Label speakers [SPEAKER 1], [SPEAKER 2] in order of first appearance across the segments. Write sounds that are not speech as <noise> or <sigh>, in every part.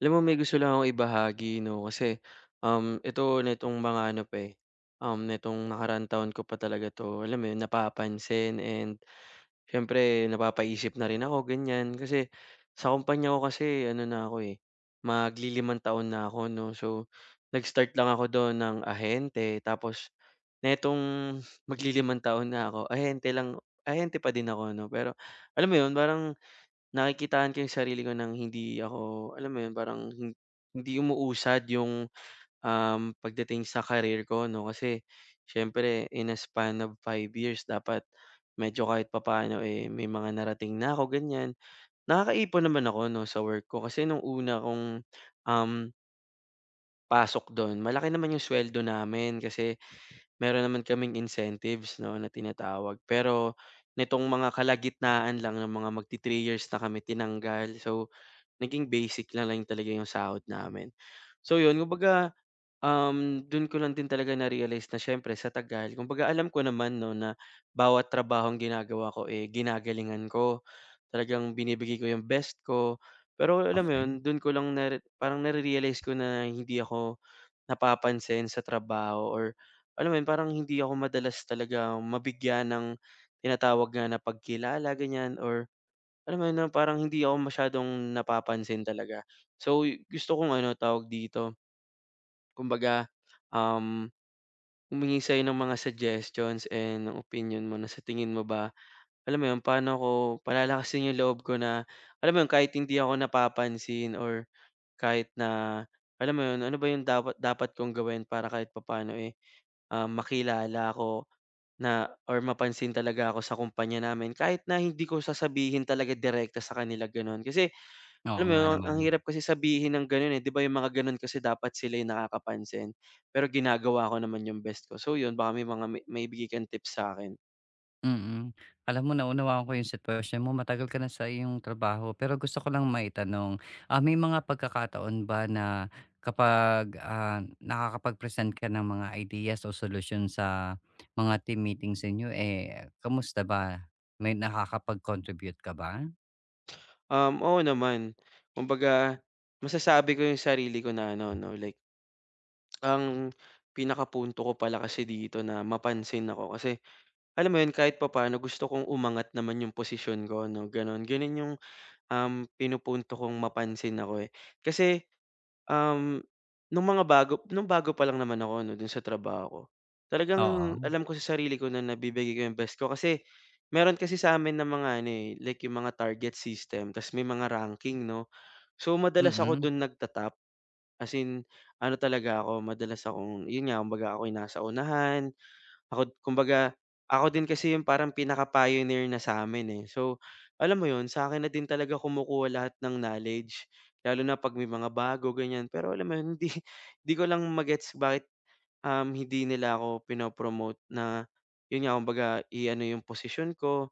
[SPEAKER 1] Alam mo, may gusto lang akong ibahagi 'no, kasi, ito nitong mga ano pa, eh, nitong nakaraang taon ko pa talaga 'to, alam mo 'yun, napapansin. And siyempre napapaisip na rin ako, ganyan. Kasi sa kumpanya ko kasi ano na ako, eh, maglilimang taon na ako 'no. So, nag-start lang ako doon ng ahente, tapos nitong maglilimang taon na ako, ahente lang, ahente pa din ako 'no. Pero alam mo 'yun, parang nakikitaan ko yung sarili ko ng hindi ako, alam mo yun, parang hindi umuusad yung, pagdating sa career ko 'no. Kasi siyempre, in a span of 5 years dapat medyo kahit papaano, eh, may mga narating na ako, ganyan. Nakakaipon naman ako 'no sa work ko, kasi nung una kong, um, pasok dun, malaki naman yung sweldo namin, kasi meron naman kaming incentives 'no na tinatawag. Pero nitong mga kalagitnaan lang ng mga magti-3 years na kami tinanggal. So, naging basic na lang talaga yung sahod namin. So yun, kumbaga, dun ko lang din talaga na-realize na siyempre sa tagal, kumbaga alam ko naman 'no na bawat trabahong ginagawa ko, eh, ginagalingan ko. Talagang binibigay ko yung best ko. Pero alam mo
[SPEAKER 2] Okey,
[SPEAKER 1] yun, dun ko lang parang nare-realize ko na hindi ako napapansin sa trabaho, or alam mo yun, parang hindi ako madalas talaga mabigyan ng tinatawag nga na pagkilala, ganyan, or alam mo yun, na parang hindi ako masyadong napapansin talaga. So, gusto kong ano, tawag dito, kumbaga, um, humingi sa'yo ng mga suggestions and ng opinyon mo na sa tingin mo ba, alam mo yun, paano ko palalakasin yung loob ko na, alam mo yun, kahit hindi ako napapansin, or kahit na, alam mo yun, ano ba yung dapat kong gawin para kahit papaano, eh, makilala ako, na or mapansin talaga ako sa kumpanya namin, kahit na hindi ko sasabihin talaga direkta sa kanila, ganun. Kasi
[SPEAKER 2] oo
[SPEAKER 1] alam mo
[SPEAKER 2] nga
[SPEAKER 1] yun, ang
[SPEAKER 2] naman.
[SPEAKER 1] hirap kasi sabihin ng gano'n, eh, 'di ba yung mga gano'n kasi dapat sila yung nakakapansin, pero ginagawa ko naman yung best ko. So yun, baka may mga maibigay kang tips sa'kin?
[SPEAKER 2] Mm. Alam mo naunawaan ko yung sitwasyon mo, matagal ka na sa iyong trabaho. Pero gusto ko lang maitanong, may mga pagkakataon ba na kapag, nakakapag-present ka ng mga ideas o solusyon sa mga team meetings ninyo, eh, kamusta ba? May nakakapag-contribute ka ba?
[SPEAKER 1] Oo naman. Kumbaga, masasabi ko yung sarili ko na ano 'no, like ang pinakapunto ko pala kasi dito na mapansin ako, kasi alam mo yun, kahit papaano gusto kong umangat naman yung posisyon ko 'no, gano'n. Gano'n yung, pinupunto kong mapansin ako, eh. Kasi Um, nung mga bago nung bago pa lang naman ako 'no, dun sa trabaho ko, talagang
[SPEAKER 2] Oo,
[SPEAKER 1] alam ko sa sarili ko na nabibigay ko yung best ko, kasi meron kasi sa'min ng mga ano, eh, like yung mga target system, ta's may mga ranking 'no. So, madalas ako
[SPEAKER 2] mm.
[SPEAKER 1] dun nagta-top, as in ano talaga ako, madalas akong, yun nga, kumbaga ako'y nasa unahan, ako kumbaga, ako din kasi yung parang pinaka-pioneer na sa amin, eh. So, alam mo yun, sa'kin na din talaga kumukuha lahat ng knowledge, lalo na 'pag may mga bago, ganyan. Pero alam mo yun, hindi <laughs> hindi ko lang magets bakit, hindi nila ako pinopromote na, yun nga, kumbaga i-ano yung position ko.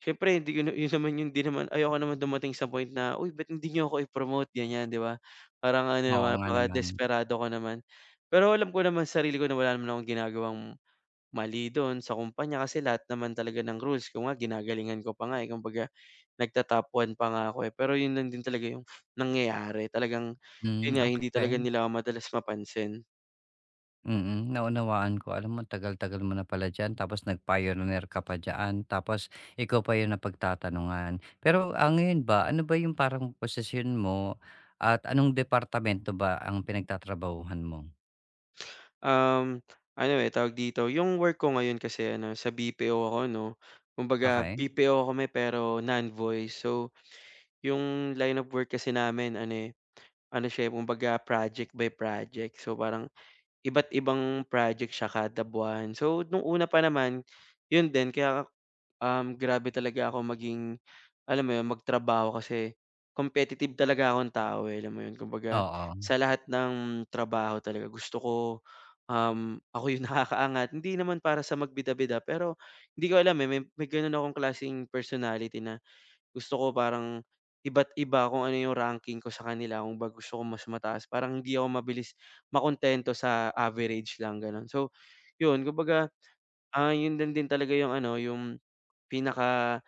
[SPEAKER 1] Siyempre hindi yun <laughs> yun naman yung, 'di naman ayoko naman dumating sa point na, "Uy, ba't hindi niyo ako i-promote?" ganyan, 'di ba? Parang ano
[SPEAKER 2] Oo
[SPEAKER 1] naman,
[SPEAKER 2] nga naman.
[SPEAKER 1] napaka-desperado ko naman. Pero alam ko naman sa sarili ko na wala naman akong ginagawang mali dun sa kumpanya, kasi lahat naman talaga ng rules ko nga ginagalingan ko pa nga, eh, kumbaga nagta-top 1 pa nga ako, eh, pero yun lang din talaga yung nangyayari, talagang yun
[SPEAKER 2] Hmm,
[SPEAKER 1] nga, hindi talaga
[SPEAKER 2] okey.
[SPEAKER 1] nila ako madalas mapansin.
[SPEAKER 2] Mm, naunawaan ko. Alam mo tagal-tagal mo na pala diyan tapos nag-pioneer ka pa diyaan, tapos ikaw pa yun na pagtatanungan. Pero ang ngayon ba, ano ba 'yung parang posisyon mo at anong departamento ba ang pinagtatrabahuhan mo?
[SPEAKER 1] Um, Ano, eh, tawag dito, yung work ko ngayon kasi ano, sa BPO ako 'no, kumbaga
[SPEAKER 2] Okay.
[SPEAKER 1] BPO kami pero non-voice. So, yung line of work kasi namin ano, eh, ano siya, eh, kumbaga project by project. So, parang iba't ibang project siya kada buwan. So, nung una pa naman, yun din kaya, grabe talaga ako maging, alam mo yun, magtrabaho, kasi competitive talaga akong tao, eh, alam mo yun. Kumbaga,
[SPEAKER 2] Oo,
[SPEAKER 1] sa lahat ng trabaho talaga gusto ko, ako yung <laughs> nakakaangat. Hindi naman para sa magbida-bida, pero hindi ko alam, eh, may ganun akong klaseng personality na gusto ko parang iba't iba kung ano yung ranking ko sa kanila, kung 'baga gusto ko mas mataas, parang hindi ako mabilis makontento sa average lang, gano'n. So, 'yun, kumbaga, 'yun lang din talaga yung ano, yung pinaka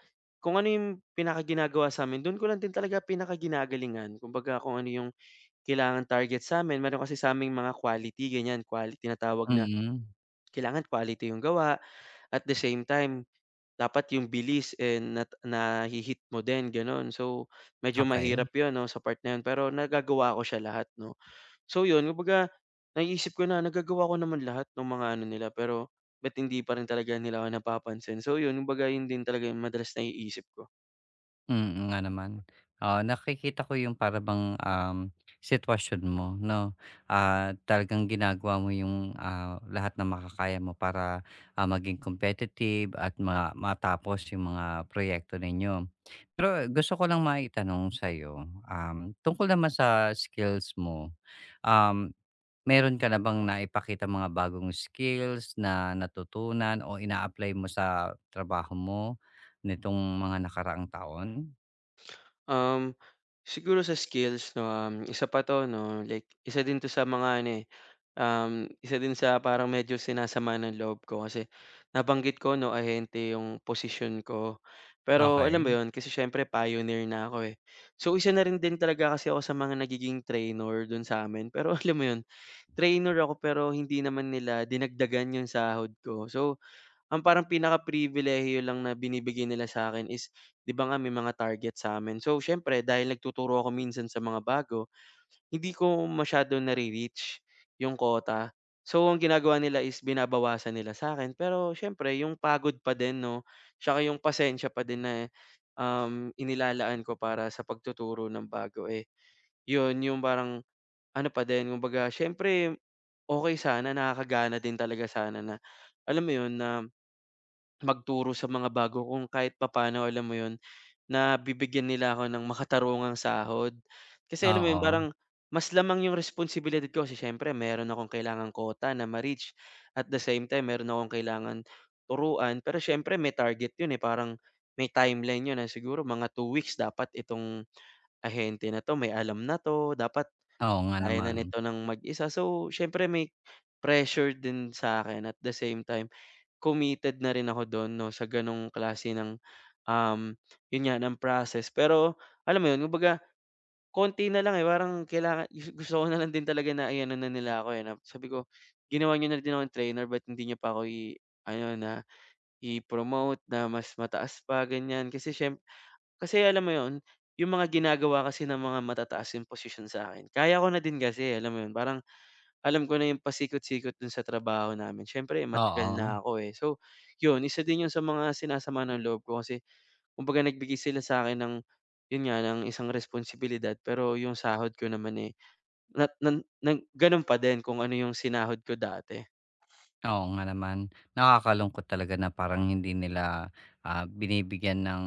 [SPEAKER 1] kung ano yung pinakaginagawa sa'min do'n ko lang din talaga pinakaginagalingan. Kumbaga kung ano yung kailangan target sa sa'min, meron kasi sa'ming mga quality, ganyan, quality na tawag na
[SPEAKER 2] mm,
[SPEAKER 1] kailangan quality yung gawa at the same time dapat yung bilis, eh, nahi mo din, gano'n. So, medyo
[SPEAKER 2] okay.
[SPEAKER 1] mahirap 'yun 'no, sa part na 'yun, pero nagagawa ko siya lahat 'no. So 'yun, kumbaga naiisip ko na nagagawa ko naman lahat ng mga ano nila, pero ba't hindi pa rin talaga nila ako napapansin. So 'yun, kumbaga 'yun din talaga yung madalas naiisip ko.
[SPEAKER 2] Mm, nga naman. Oo, nakikita ko yung para bang, sitwasyon mo 'no, talagang ginagawa mo yung, lahat na makakaya mo para, maging competitive at ma matapos yung mga proyekto ninyo. Pero gusto ko lang maitanong sa'yo, tungkol naman sa skills mo, um, meron ka na bang naipakita mga bagong skills na natutunan o ina-apply mo sa trabaho mo nitong mga nakaraang taon?
[SPEAKER 1] Um, Siguro sa skills 'no, isa pa 'to 'no, like isa din 'to sa mga ano, eh. Isa din sa parang medyo sinasama ng loob ko, kasi nabanggit ko 'no, ahente yung position ko. Pero alam mo
[SPEAKER 2] Okey,
[SPEAKER 1] yun, kasi siyempre pioneer na ako, eh. So, isa na rin din talaga kasi ako sa mga nagiging trainer dun sa'min. Pero <laughs> alam mo yun, trainer ako pero hindi naman nila dinagdagan yung sahod ko. So, ang parang pinakapribilehiyo lang na binibigay nila sa akin is, 'di ba nga may mga target sa'min. So, siyempre dahil nagtuturo ako minsan sa mga bago, hindi ko masyado nare-reach yung quota. So, ang ginagawa nila is binabawasan nila sa akin. Pero siyempre yung pagod pa din 'no, tsaka yung pasensya pa din na, inilalaan ko para sa pagtuturo ng bago, eh, yun yung parang ano pa din, kumbaga siyempre okey sana, nakakagana din talaga sana na alam mo yun, na magturo sa mga bago kung kahit papaano, alam mo yun, na bibigyan nila ako ng makatarungang sahod. Kasi alam mo yun,
[SPEAKER 2] oo.
[SPEAKER 1] parang mas lamang yung responsibilidad ko, kasi siyempre meron akong kailangan quota na ma-reach at the same time meron akong kailangan turuan. Pero siyempre may target yun, eh, parang may timeline yun na siguro mga 2 weeks dapat itong ahente na 'to may alam na 'to, dapat
[SPEAKER 2] Oo nga
[SPEAKER 1] kaya na
[SPEAKER 2] naman.
[SPEAKER 1] nito ng mag-isa. So, siyempre may pressure din sa akin, at the same time committed na rin ako dun 'no, sa ganong klase ng, um, yun nga ng process. Pero alam mo yun, kumbaga konti na lang, eh, parang kailangan gusto ko na lang din talaga na i-ano na nila ako, eh, na sabi ko, "Ginawan niyo na din akong trainer but hindi niyo pa ako i ano na i-promote na mas mataas pa," ganyan. Kasi alam mo yun, yung mga ginagawa kasi ng mga matataas yung position sa akin, kaya ko na din kasi, alam mo yun. Parang alam ko na yung pasikot-sikot dun sa trabaho namin, siyempre matagal
[SPEAKER 2] Oo,
[SPEAKER 1] na ako, eh. So, yun isa din yun sa mga sinasama ng loob ko, kasi kumbaga nagbigay sila sa'kin ng, yun nga, ng isang responsibilidad, pero yung sahod ko naman, eh, na nan nan ganun pa din kung ano yung sinahod ko dati.
[SPEAKER 2] oo nga naman. Nakakalungkot talaga na parang hindi nila, binibigyan ng,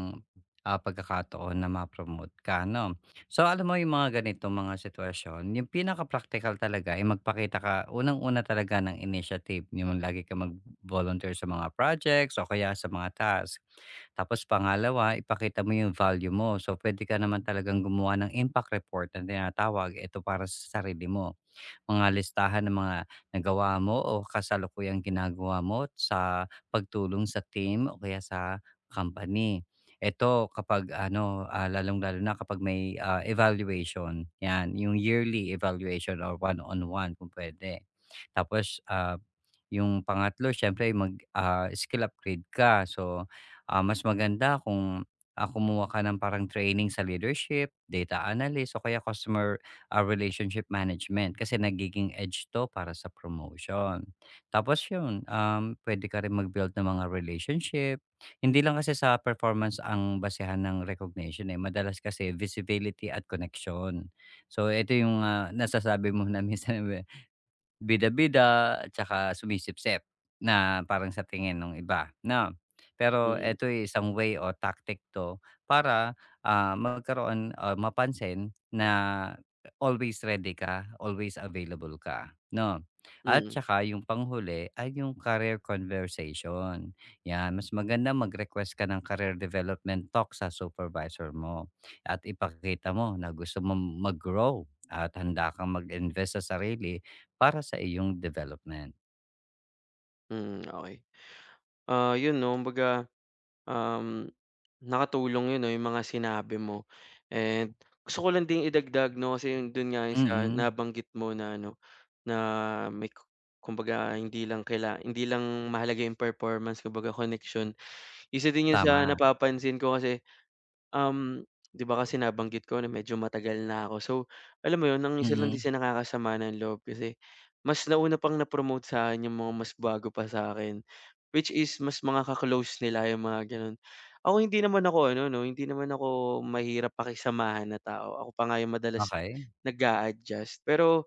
[SPEAKER 2] pagkakataon na ma-promote ka 'no. So alam mo yung mga ganitong mga sitwasyon, yung pinaka-praktikal talaga ay magpakita ka unang-una talaga ng initiative, yung lagi kang mag-volunteer sa mga projects o kaya sa mga task. Tapos pangalawa, ipakita mo yung value mo. So puwede ka naman talagang gumawa ng impact report na tinatawag, ito para sa sarili mo. Mga listahan ng mga nagawa mo o kasalukuyang ginagawa mo sa pagtulong sa team o kaya sa company. Ito kapag ano, lalong-lalo na kapag may, evaluation, 'yan, yung yearly evaluation or one-on-one kung pwede. Tapos, yung pangatlo siyempre mag, skill upgrade ka. So, mas maganda kung, kumuha ka ng parang training sa leadership, data analyst o kaya customer relationship management kasi nagiging edge 'to para sa promotion. Tapos yun, pwede ka rin mag-build ng mga relationship. Hindi lang kasi sa performance ang basehan ng recognition, eh, madalas kasi visibility at connection. So, ito yung, nasasabi mo na minsan <laughs> bida-bida at saka sumisipsip na parang sa tingin ng iba, 'no? Pero
[SPEAKER 1] Mm,
[SPEAKER 2] eto, eh, isang way o tactic 'to para, magkaroon o mapansin na always ready ka, always available ka, 'no? At
[SPEAKER 1] mm,
[SPEAKER 2] saka yung panghuli ay yung career conversation, 'yan. Mas maganda mag-request ka ng career development talk sa supervisor mo at ipakita mo na gusto mong mag-grow at handa kang mag-invest sa sarili para sa iyong development.
[SPEAKER 1] mm, okey. Ah, yun 'no, kumbaga Um, nakatulong 'yun 'no, yung mga sinabi mo, and gusto ko lang din idagdag 'no, kasi yung dun nga yung sa
[SPEAKER 2] Mm,
[SPEAKER 1] nabanggit mo na ano, na may ku kumbaga hindi lang mahalaga yung performance, kumbaga koneksyon. Isa din yun sa
[SPEAKER 2] tama.
[SPEAKER 1] napapansin ko kasi 'di ba kasi nabanggit ko na medyo matagal na ako. So, alam mo 'yun, ang isa lang din
[SPEAKER 2] Mm,
[SPEAKER 1] sa nakakasama ng loob, kasi mas nauna pang na-promote sa'kin yung mga mas bago pa sa akin, which is mas mga ka-close nila, yung mga gano'n. Ako hindi naman ako ano 'no, hindi naman ako mahirap pakisamahan na tao. Ako pa nga yung madalas
[SPEAKER 2] okey.
[SPEAKER 1] nag-a-adjust. Pero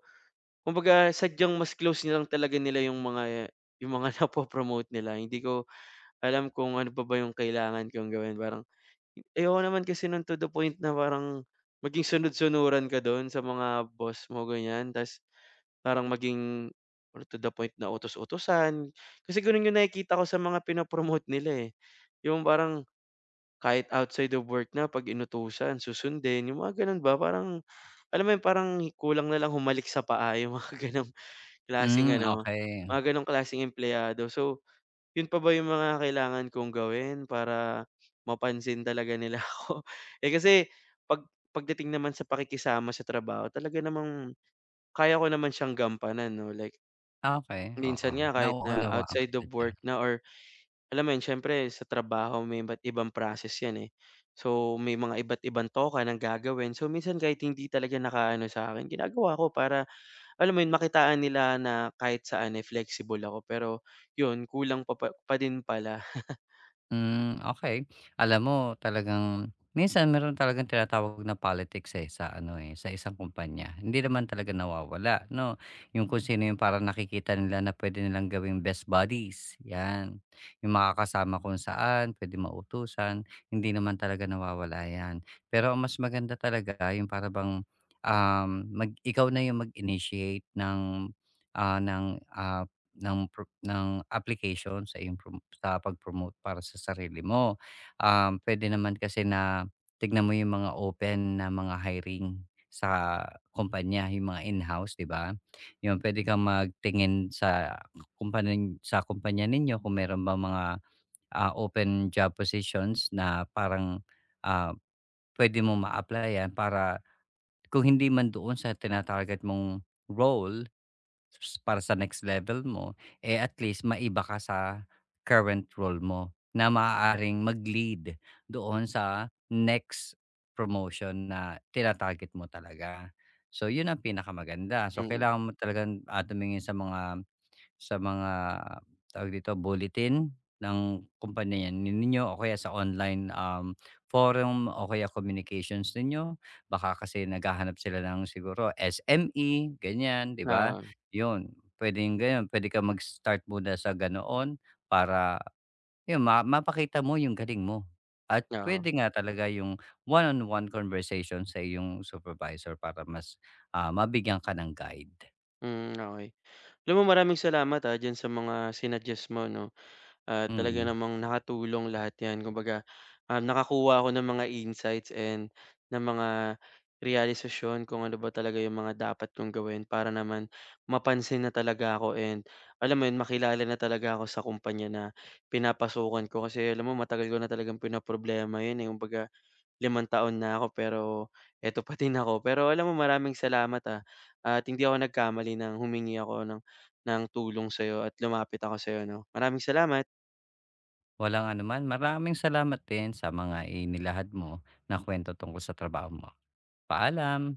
[SPEAKER 1] kumbaga sadyang mas close nilang talaga nila yung mga <laughs> napo-promote nila. Hindi ko alam kung ano pa ba yung kailangan kong gawin, parang ayoko naman kasi no'n to the point na parang maging sunod-sunuran ka do'n sa mga boss mo, ganyan. Ta's parang maging, or to the point na utos-utusan. Kasi gano'n yung nakikita ko sa mga pinapromote nila, eh. Yung parang kahit outside of work na 'pag inutusan susundin, yung mga gano'n ba. Parang alam mo yun, parang kulang na lang humalik sa paa, yung mga <laughs> gano'ng klaseng
[SPEAKER 2] Hmm,
[SPEAKER 1] ano,
[SPEAKER 2] okey.
[SPEAKER 1] mga gano'ng klaseng empleyado. So, yun pa ba yung mga kailangan kong gawin para mapansin talaga nila <laughs> ako? Eh, kasi pagdating naman sa pakikisama sa trabaho, talaga namang kaya ko naman siyang gampanan 'no, like
[SPEAKER 2] Okey, oo.
[SPEAKER 1] minsan nga kahit na
[SPEAKER 2] Nauunawaan
[SPEAKER 1] outside
[SPEAKER 2] kita
[SPEAKER 1] of work
[SPEAKER 2] diyan.
[SPEAKER 1] na, or alam mo yun, siyempre sa trabaho may iba't ibang process yan, eh. So, may mga iba't ibang toka ng gagawin. So, minsan kahit hindi talaga nakaano sa akin, ginagawa ko para alam mo yun, makitaan nila na kahit saan, eh, flexible ako, pero yun, kulang pa din pala,
[SPEAKER 2] Hmm, okey. Alam mo talagang minsan meron talagang tinatawag na politics, eh, sa ano, eh, sa isang kumpanya. Hindi naman talaga nawawala 'no, yung kung sino yung parang nakikita nila na puwede nilang gawing best buddies, 'yan. Yung makakasama kung saan, puwede mautusan, hindi naman talaga nawawala 'yan. Pero ang mas maganda talaga yung para bang, mag ikaw na yung mag-initiate ng, ah, ng, ah ng pro ng application sa improm sa pag-promote para sa sarili mo. Puwede naman kasi na tignan mo yung mga open na mga hiring sa kumpanya, yung mga in-house, 'di ba? Yun, puwede kang magtingin sa kumpanin sa kumpanya ninyo kung meron ba mga, open job positions na parang, ah, puwede mo ma-applyan para kung hindi man doon sa tina-target mong role s- para sa next level mo, eh, at least maiba ka sa current role mo na maaaring mag-lead doon sa next promotion na tina-target mo talaga. So, yun ang pinakamaganda. So,
[SPEAKER 1] <laughs>
[SPEAKER 2] kailangan mo talagang, sa mga sa mga, tawag dito, bulletin ng kumpanya yan ninyo o kaya sa online, forum o kaya communications ninyo. Baka kasi naghahanap sila ng siguro SME, ganyan, 'di ba?
[SPEAKER 1] Oo,
[SPEAKER 2] 'Yun, puwedeng gano'n. Pwede ka mag-start muna sa ganoon para 'yun ma mapakita mo yung galing mo at
[SPEAKER 1] oo.
[SPEAKER 2] pwede nga talaga yung one-on-one conversation sa iyong supervisor para mas, mabigyan ka ng guide.
[SPEAKER 1] Hmm, okey. Alam mo, maraming salamat, diyan sa mga sinuggest mo 'no, at talaga
[SPEAKER 2] Mm.
[SPEAKER 1] namang nakatulong lahat 'yan. Kumbaga, nakakuha ako ng mga insights and ng mga realisasyon kung ano ba talaga yung mga dapat kong gawin para naman mapansin na talaga ako, and alam mo yun, makilala na talaga ako sa kumpanya na pinapasukan ko. Kasi alam mo matagal ko na talagang pinaproblema yun, eh. Kumbaga 5 taon na ako, pero eto pa din ako. Pero alam mo, maraming salamat, at hindi ako nagkamali ng humingi ako ng tulong sa'yo at lumapit ako sa'yo 'no. Maraming salamat.
[SPEAKER 2] Walang anuman. Maraming salamat din sa mga inilahad mo na kuwento tungkol sa trabaho mo. Paalam.